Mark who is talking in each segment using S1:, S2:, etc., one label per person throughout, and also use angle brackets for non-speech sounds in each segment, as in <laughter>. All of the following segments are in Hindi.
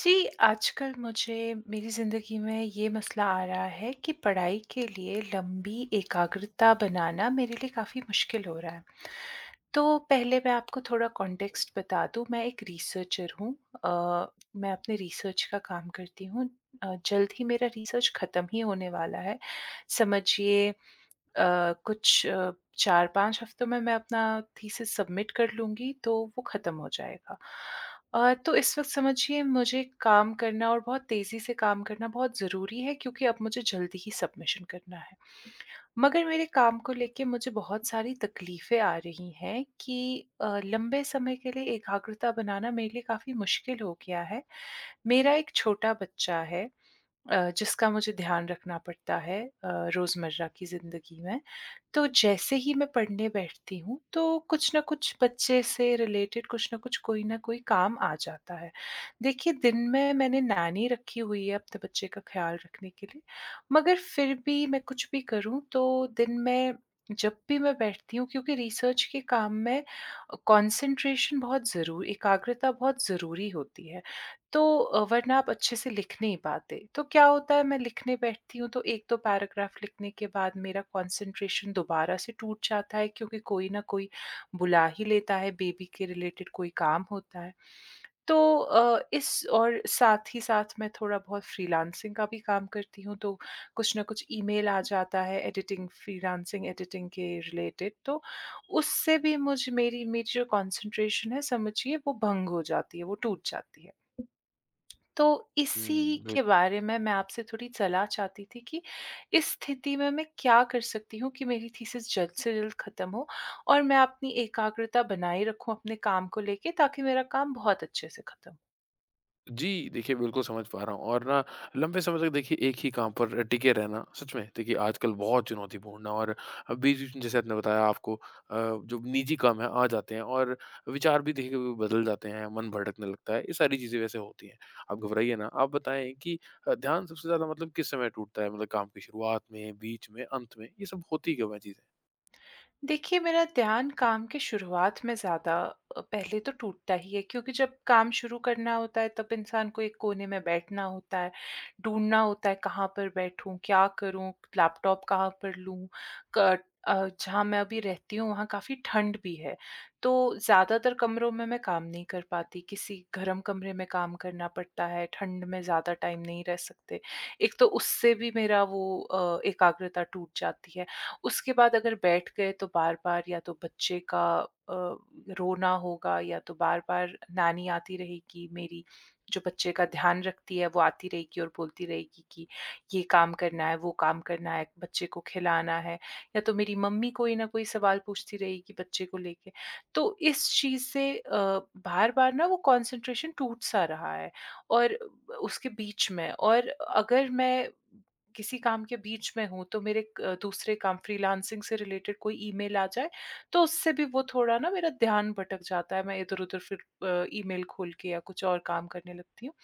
S1: जी, आजकल मुझे मेरी ज़िंदगी में ये मसला आ रहा है कि पढ़ाई के लिए लंबी एकाग्रता बनाना मेरे लिए काफ़ी मुश्किल हो रहा है। तो पहले मैं आपको थोड़ा कॉन्टेक्स्ट बता दूँ, मैं एक रिसर्चर हूँ अ, मैं अपने रिसर्च का काम करती हूँ। जल्द ही मेरा रिसर्च ख़त्म ही होने वाला है। समझिए कुछ 4-5 हफ्तों में मैं अपना थीसिस सबमिट कर लूँगी, तो वो ख़त्म हो जाएगा। तो इस वक़्त समझिए मुझे काम करना और बहुत तेज़ी से काम करना बहुत ज़रूरी है क्योंकि अब मुझे जल्दी ही सबमिशन करना है। मगर मेरे काम को लेके मुझे बहुत सारी तकलीफ़ें आ रही हैं कि लंबे समय के लिए एकाग्रता बनाना मेरे लिए काफ़ी मुश्किल हो गया है। मेरा एक छोटा बच्चा है जिसका मुझे ध्यान रखना पड़ता है रोज़मर्रा की ज़िंदगी में। तो जैसे ही मैं पढ़ने बैठती हूँ, तो कुछ न कुछ बच्चे से रिलेटेड कुछ न कुछ, कोई न कोई काम आ जाता है। देखिए, दिन में मैंने नैनी रखी हुई है अपने बच्चे का ख़्याल रखने के लिए, मगर फिर भी मैं कुछ भी करूँ तो दिन में जब भी मैं बैठती हूँ क्योंकि रिसर्च के काम में कॉन्सन्ट्रेशन बहुत ज़रू एकाग्रता बहुत ज़रूरी होती है। तो वरना आप अच्छे से लिख नहीं पाते। तो क्या होता है मैं लिखने बैठती हूँ तो 1-2 पैराग्राफ लिखने के बाद मेरा कॉन्संट्रेशन दोबारा से टूट जाता है क्योंकि कोई न कोई बुला ही लेता है, बेबी के रिलेटेड कोई काम होता है। तो इस और साथ ही साथ मैं थोड़ा बहुत फ्रीलांसिंग का भी काम करती हूँ तो कुछ न कुछ ईमेल आ जाता है एडिटिंग फ्रीलांसिंग एडिटिंग के रिलेटेड तो उससे भी मुझ मेरी मेरी जो कॉन्संट्रेशन है समझिए वो भंग हो जाती है, वो टूट जाती है। तो इसी
S2: हुँ,
S1: के
S2: बिल्कुल।
S1: बारे में मैं आपसे थोड़ी सलाह चाहती थी कि इस स्थिति में मैं क्या कर सकती हूँ कि मेरी थीसिस जल्द से जल्द ख़त्म हो और मैं अपनी एकाग्रता बनाए रखूँ अपने काम को लेके ताकि मेरा काम बहुत अच्छे से ख़त्म
S2: जी, देखिए बिल्कुल समझ पा रहा हूँ और ना लंबे समय तक देखिए एक ही काम पर टिके रहना सच में देखिए आजकल बहुत चुनौतीपूर्ण है और बीच-बीच में जैसे आपने बताया आपको जो निजी काम है आ जाते हैं और विचार भी देखिए कभी बदल जाते हैं, मन भटकने लगता है, ये सारी चीज़ें वैसे होती हैं। आप घबराइए ना, आप बताएँ कि ध्यान सबसे ज़्यादा मतलब किस समय टूटता है? मतलब काम की शुरुआत में, बीच में, अंत में? ये सब होती क्यों है चीज़ें?
S1: देखिए, मेरा ध्यान काम की शुरुआत में ज़्यादा पहले तो टूटता ही है क्योंकि जब काम शुरू करना होता है तब इंसान को एक कोने में बैठना होता है, ढूँढना होता है कहाँ पर बैठूँ, क्या करूँ, लैपटॉप कहाँ पर लूँ, क जहाँ मैं अभी रहती हूँ वहाँ काफ़ी ठंड भी है, तो ज़्यादातर कमरों में मैं काम नहीं कर पाती, किसी गरम कमरे में काम करना पड़ता है, ठंड में ज़्यादा टाइम नहीं रह सकते। एक तो उससे भी मेरा वो एकाग्रता टूट जाती है। उसके बाद अगर बैठ गए तो बार-बार या तो बच्चे का अ, रोना होगा या तो बार-बार नानी आती रहेगी मेरी, जो बच्चे का ध्यान रखती है, वो आती रहेगी और बोलती रहेगी कि ये काम करना है, वो काम करना है, बच्चे को खिलाना है या तो मेरी मम्मी कोई ना कोई सवाल पूछती रहेगी बच्चे को लेके। तो इस चीज़ से बार-बार ना वो कॉन्सन्ट्रेशन टूट-सा रहा है और उसके बीच में और अगर मैं किसी काम के बीच में हूँ तो मेरे क दूसरे काम फ्रीलांसिंग से रिलेटेड कोई ईमेल आ जाए, तो उससे भी वो थोड़ा ना मेरा ध्यान भटक जाता है, मैं इधर-उधर फिर ईमेल खोल के या कुछ और काम करने लगती हूँ,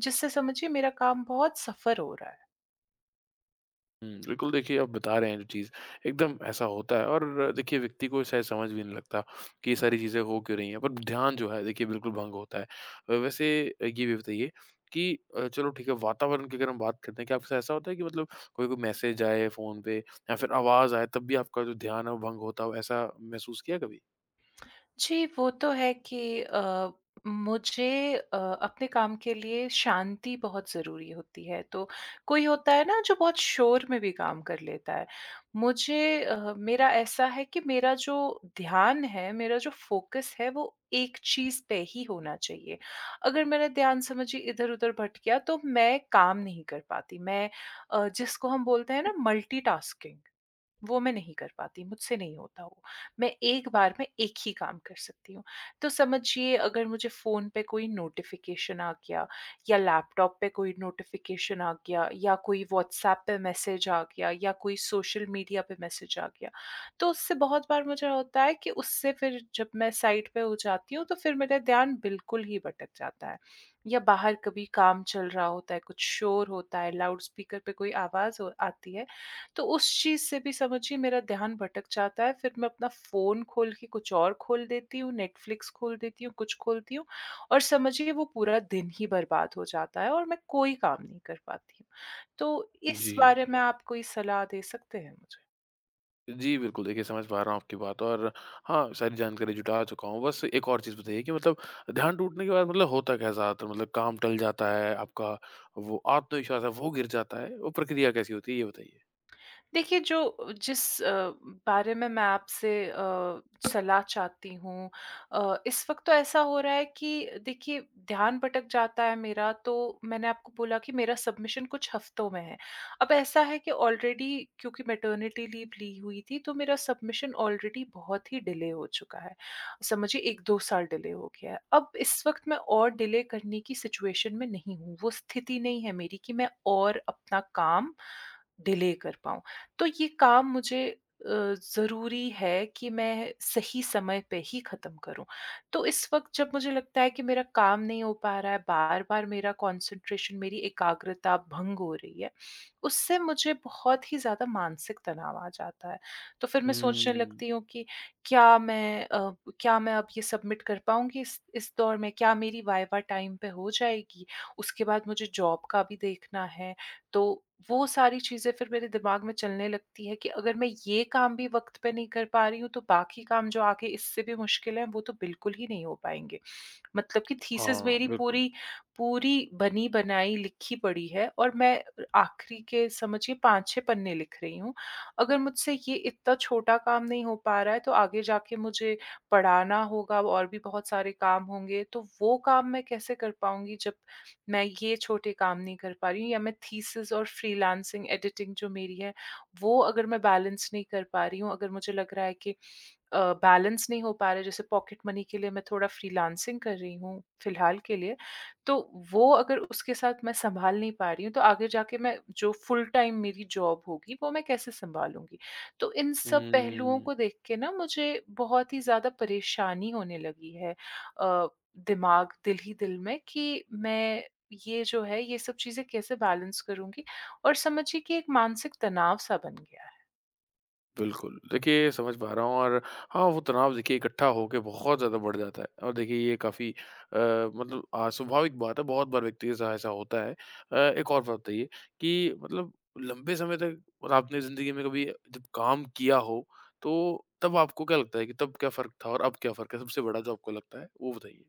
S1: जिससे समझिए मेरा काम बहुत सफ़र हो रहा है।
S2: हुँ, बिल्कुल देखिए, आप बता रहे हैं जो चीज़ एकदम ऐसा होता है और देखिए व्यक्ति को शायद समझ भी नहीं लगता कि ये सारी चीज़ें हो क्यों रही हैं, पर ध्यान जो है देखिए बिल्कुल भंग होता है। वैसे ये भी बताइए कि चलो ठीक है वातावरण की अगर हम बात करते हैं, क्या आपके साथ ऐसा होता है कि मतलब कोई-कोई मैसेज आए फ़ोन पे या फिर आवाज़ आए तब भी आपका जो ध्यान है वो भंग होता हो, ऐसा महसूस किया कभी?
S1: जी, वो तो है कि मुझे अपने काम के लिए शांति बहुत ज़रूरी होती है। तो कोई होता है ना जो बहुत शोर में भी काम कर लेता है। मुझे मेरा ऐसा है कि मेरा जो ध्यान है, मेरा जो फ़ोकस है वो एक चीज़ पे ही होना चाहिए। अगर मेरा ध्यान समझिए इधर-उधर भटक गया तो मैं काम नहीं कर पाती। मैं जिसको हम बोलते हैं ना मल्टीटास्किंग वो मैं नहीं कर पाती, मुझसे नहीं होता वो। मैं एक बार में एक ही काम कर सकती हूँ। तो समझिए अगर मुझे फ़ोन पे कोई नोटिफ़िकेशन आ गया या लैपटॉप पे कोई नोटिफ़िकेशन आ गया या कोई व्हाट्सऐप पे मैसेज आ गया या कोई सोशल मीडिया पे मैसेज आ गया, तो उससे बहुत बार मुझे होता है कि उससे फिर जब मैं साइड पे हो जाती हूँ, तो फिर मेरा ध्यान बिल्कुल ही भटक जाता है। या बाहर कभी काम चल रहा होता है, कुछ शोर होता है, लाउडस्पीकर पे कोई आवाज़ हो आती है, तो उस चीज़ से भी समझिए मेरा ध्यान भटक जाता है, फिर मैं अपना फ़ोन खोल के कुछ और खोल देती हूँ, नेटफ्लिक्स खोल देती हूँ, कुछ खोलती हूँ और समझिए वो पूरा दिन ही बर्बाद हो जाता है और मैं कोई काम नहीं कर पाती हूँ। तो इस
S2: जी।
S1: बारे में आप कोई सलाह दे सकते हैं मुझे?
S2: जी, बिल्कुल। देखिए, समझ पा रहा हूँ आपकी बात और हाँ, सारी जानकारी जुटा चुका हूँ। बस एक और चीज़ बताइए कि मतलब ध्यान टूटने के बाद मतलब होता क्या है ज़्यादातर? मतलब काम टल जाता है, आपका वो आत्मविश्वास है, वो गिर जाता है? वो प्रक्रिया कैसी होती है, ये बताइए?
S1: देखिए जो जिस बारे में मैं आपसे सलाह चाहती हूँ इस वक्त तो ऐसा हो रहा है कि देखिए ध्यान भटक जाता है मेरा तो मैंने आपको बोला कि मेरा सबमिशन कुछ हफ्तों में है। अब ऐसा है कि ऑलरेडी क्योंकि मैटरनिटी लीव ली हुई थी तो मेरा सबमिशन ऑलरेडी बहुत ही डिले हो चुका है। समझिए 1-2 साल डिले हो गया है। अब इस वक्त मैं और डिले करने की सिचुएशन में नहीं हूँ। वो स्थिति नहीं है मेरी कि मैं और अपना काम डिले कर पाऊँ। तो ये काम मुझे ज़रूरी है कि मैं सही समय पे ही ख़त्म करूँ। तो इस वक़्त जब मुझे लगता है कि मेरा काम नहीं हो पा रहा है, बार-बार मेरा कॉन्सन्ट्रेशन, मेरी एकाग्रता भंग हो रही है, उससे मुझे बहुत ही ज़्यादा मानसिक तनाव आ जाता है। तो फिर मैं सोचने
S2: हुँ।
S1: लगती हूँ कि क्या मैं अ, क्या मैं अब ये सबमिट कर पाऊँगी इस दौर में? क्या मेरी वाइवा टाइम पे हो जाएगी? उसके बाद मुझे जॉब का भी देखना है। तो वो सारी चीज़ें फिर मेरे दिमाग में चलने लगती है कि अगर मैं ये काम भी वक़्त पे नहीं कर पा रही हूँ, तो बाकी काम जो आगे इससे भी मुश्किल है, वो तो बिल्कुल ही नहीं हो पाएँगे। मतलब कि थीसिस
S2: हाँ,
S1: मेरी
S2: बिल्कुल।
S1: पूरी पूरी बनी-बनाई लिखी पड़ी है और मैं आखिरी के समझिए 5-6 पन्ने लिख रही हूँ। अगर मुझसे ये इतना छोटा काम नहीं हो पा रहा है, तो आगे जाके मुझे पढ़ाना होगा और भी बहुत सारे काम होंगे, तो वो काम मैं कैसे कर पाऊँगी जब मैं ये छोटे काम नहीं कर पा रही हूँ या मैं थीसिस और फ्रीलांसिंग एडिटिंग जो मेरी है, वो अगर मैं बैलेंस नहीं कर पा रही हूँ, अगर मुझे लग रहा है कि अ, बैलेंस नहीं हो पा रहा है, जैसे पॉकेट मनी के लिए मैं थोड़ा फ्रीलांसिंग कर रही हूँ फिलहाल के लिए, तो वो अगर उसके साथ मैं सँभाल नहीं पा रही हूँ, तो आगे जाके मैं जो फुल टाइम मेरी जॉब होगी, वो मैं कैसे सँभालूँगी? तो इन सब पहलुओं
S2: हुँ।
S1: को देख के ना मुझे बहुत ही ज़्यादा परेशानी होने लगी है अ, दिमाग दिल ही दिल में कि मैं ये जो है, ये सब चीज़ें कैसे बैलेंस करूँगी? और समझिए कि एक मानसिक तनाव-सा बन गया।
S2: बिल्कुल। देखिए, समझ पा रहा हूँ और हाँ, वो तनाव देखिए इकट्ठा होके बहुत ज़्यादा बढ़ जाता है और देखिए ये काफ़ी अ, मतलब स्वाभाविक बात है, बहुत बार व्यक्ति के साथ ऐसा होता है। एक और बात बताइए कि मतलब लंबे समय तक और आपने ज़िंदगी में कभी जब काम किया हो, तो तब आपको क्या लगता है कि तब क्या फ़र्क था और अब क्या फ़र्क है? सबसे बड़ा जो आपको लगता है, वो बताइए?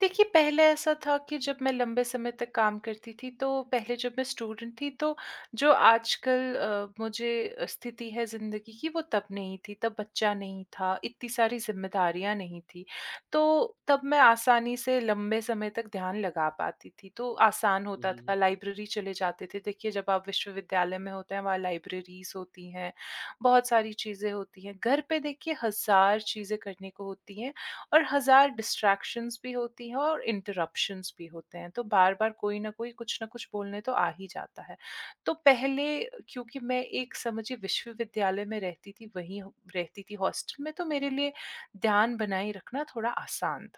S1: देखिए, पहले ऐसा था कि जब मैं लंबे समय तक काम करती थी, तो पहले जब मैं स्टूडेंट थी, तो जो आजकल मुझे स्थिति है ज़िंदगी की, वो तब नहीं थी। तब बच्चा नहीं था, इतनी सारी ज़िम्मेदारियाँ नहीं थीं। तो तब मैं आसानी से लंबे समय तक ध्यान लगा पाती थी, तो आसान होता था। लाइब्रेरी चले जाते थे। देखिए, जब आप विश्वविद्यालय में होते हैं, वहाँ लाइब्रेरीज़ होती हैं, बहुत सारी चीज़ें होती हैं। घर पे देखिए, हज़ार चीज़ें करने को होती हैं। और हज़ार डिस्ट्रैक्शंस भी होती हैं और इंटरप्शंस भी होते हैं, तो बार-बार कोई ना कोई कुछ ना कुछ बोलने तो आ ही जाता है। तो पहले क्योंकि मैं एक समझिए विश्वविद्यालय में रहती थी, वहीं रहती थी हॉस्टल में, तो मेरे लिए ध्यान बनाए रखना थोड़ा आसान।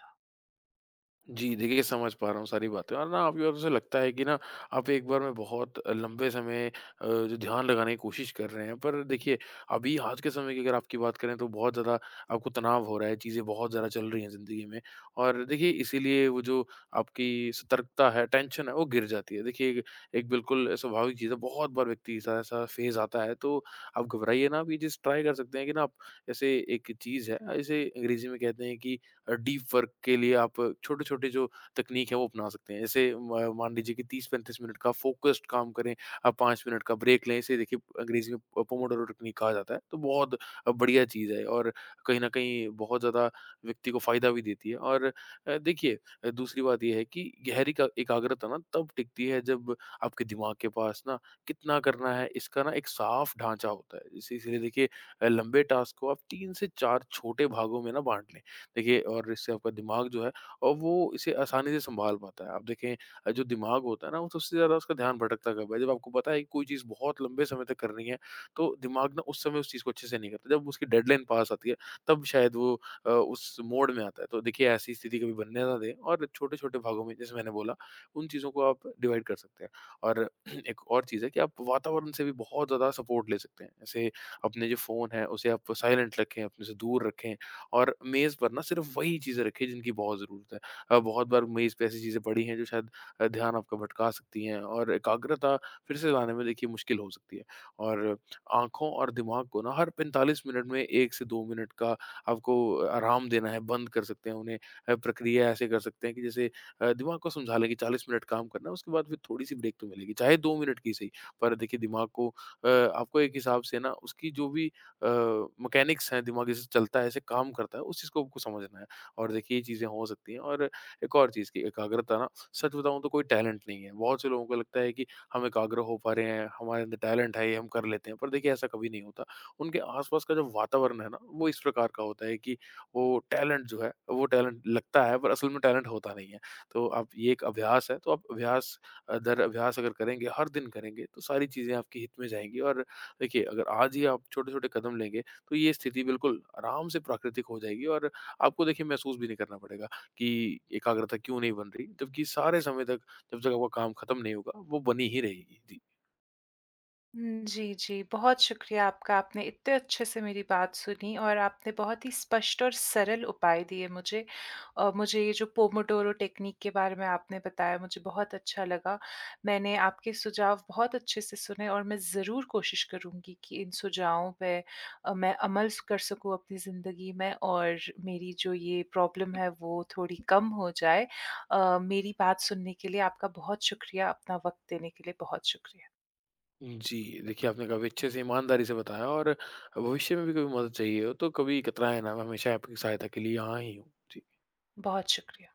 S2: जी, देखिए समझ पा रहा हूँ सारी बातें और ना आपकी बातों से लगता है कि ना आप एक बार में बहुत लंबे समय जो ध्यान लगाने की कोशिश कर रहे हैं। पर देखिए अभी आज के समय की अगर आपकी बात करें तो बहुत ज़्यादा आपको तनाव हो रहा है, चीज़ें बहुत ज़्यादा चल रही हैं ज़िंदगी में। और देखिए इसीलिए वो जो आपकी सतर्कता है, टेंशन है वो गिर जाती है। देखिए एक एक बिल्कुल स्वाभाविक चीज़ है, बहुत बार व्यक्ति सा ऐसा फ़ेज़ आता है तो आप घबराइए ना। आप ये चीज़ ट्राई कर सकते हैं कि ना आप जैसे एक चीज़ है, इसे अंग्रेज़ी में कहते हैं कि डीप वर्क के लिए आप छोटे-छोटे जो तकनीक है वो अपना सकते हैं। जैसे म मान लीजिए कि 30-35 मिनट का फ़ोकस्ड काम करें, आप 5 मिनट का ब्रेक लें, इसे देखिए अंग्रेज़ी में प पोमोडोरो टेक्निक कहा जाता है। तो बहुत बढ़िया चीज़ है और कहीं न कहीं बहुत ज़्यादा व्यक्ति को फ़ायदा भी देती है और देखिए दूसरी बात ये है कि गहरी का एकाग्रता ना तब टिकती है जब आपके दिमाग के पास ना कितना करना है इसका ना एक साफ ढाँचा होता है। इसी इसलिए देखिए लंबे टास्क को आप 3 से 4 छोटे भागों में ना बाँट लें। देखिए और इससे आपका दिमाग जो है और वो इसे आसानी से संभाल पाता है। आप देखें जो दिमाग होता है ना, वो सबसे ज़्यादा उसका ध्यान भटकता कब है? जब आपको पता है कि कोई चीज़ बहुत लंबे समय तक करनी है, तो दिमाग ना उस समय उस चीज़ को अच्छे से नहीं करता। जब उसकी डेडलाइन पास आती है, तब शायद वो उस मोड में आता है। तो देखिए ऐसी स्थिति कभी बनने ना दें और छोटे-छोटे भागों में जैसे मैंने बोला, उन चीज़ों को आप डिवाइड कर सकते हैं। और <clears throat> एक और चीज़ है कि आप वातावरण से भी बहुत ज़्यादा सपोर्ट ले सकते हैं। जैसे अपने जो फ़ोन है, उसे आप साइलेंट रखें, अपने से दूर रखें। और मेज़ पर ना सिर्फ़ वही चीज़ें रखें जिनकी बहुत ज़रूरत है। बहुत बार मेज़ पे ऐसी चीज़ें पड़ी हैं जो शायद ध्यान आपका भटका सकती हैं और एकाग्रता फिर से लाने में देखिए मुश्किल हो सकती है। और आँखों और दिमाग को ना हर 45 मिनट में 1 से 2 मिनट का आपको आराम देना है, बंद कर सकते हैं उन्हें। प्रक्रिया ऐसे कर सकते हैं कि जैसे दिमाग को समझा लें कि 40 मिनट काम करना है, उसके बाद फिर थोड़ी-सी ब्रेक तो मिलेगी, चाहे 2 मिनट की सही। पर देखिए दिमाग को आपको एक हिसाब से ना उसकी जो भी अ, मैकेनिक्स हैं, दिमाग जैसे चलता है, ऐसे काम करता है, उस चीज़ को आपको समझना है। और देखिए ये चीज़ें हो सकती हैं और एक और चीज़ की एकाग्रता ना सच बताऊँ तो कोई टैलेंट नहीं है। बहुत से लोगों को लगता है कि हम एकाग्र हो पा रहे हैं, हमारे अंदर टैलेंट है, ये हम कर लेते हैं। पर देखिए ऐसा कभी नहीं होता। उनके आस-पास का जो वातावरण है ना, वो इस प्रकार का होता है कि वो टैलेंट जो है, वो टैलेंट लगता है पर असल में टैलेंट होता नहीं है। तो आप ये एक अभ्यास है, तो आप अभ्यास दर अभ्यास अगर करेंगे, हर दिन करेंगे, तो सारी चीज़ें आपके हित में जाएँगी और देखिए, अगर आज ही आप छोटे-छोटे कदम लेंगे, तो ये स्थिति बिल्कुल आराम से प्राकृतिक हो जाएगी और आपको देखिए महसूस भी नहीं करना पड़ेगा कि एकाग्रता क्यों नहीं बन रही, जबकि सारे समय तक जब तक आपका काम खत्म नहीं होगा, वो बनी ही रहेगी। जी।
S1: हुँ, जी, जी। बहुत शुक्रिया आपका, आपने इतने अच्छे से मेरी बात सुनी और आपने बहुत ही स्पष्ट और सरल उपाय दिए मुझे। मुझे ये जो पोमोडोरो टेक्निक के बारे में आपने बताया, मुझे बहुत अच्छा लगा। मैंने आपके सुझाव बहुत अच्छे से सुने और मैं ज़रूर कोशिश करूँगी कि इन सुझावों पे मैं अमल कर सकूँ अपनी ज़िंदगी में और मेरी जो ये प्रॉब्लम है, वो थोड़ी कम हो जाए। मेरी बात सुनने के लिए आपका बहुत शुक्रिया, अपना वक़्त देने के लिए बहुत शुक्रिया।
S2: हुँ। जी, देखिए आपने काफ़ी अच्छे से ईमानदारी से बताया और भविष्य में भी कभी मदद चाहिए हो, तो कभी कतराएँ ना, मैं हमेशा आपकी सहायता के लिए यहाँ ही हूँ। जी।
S1: बहुत शुक्रिया।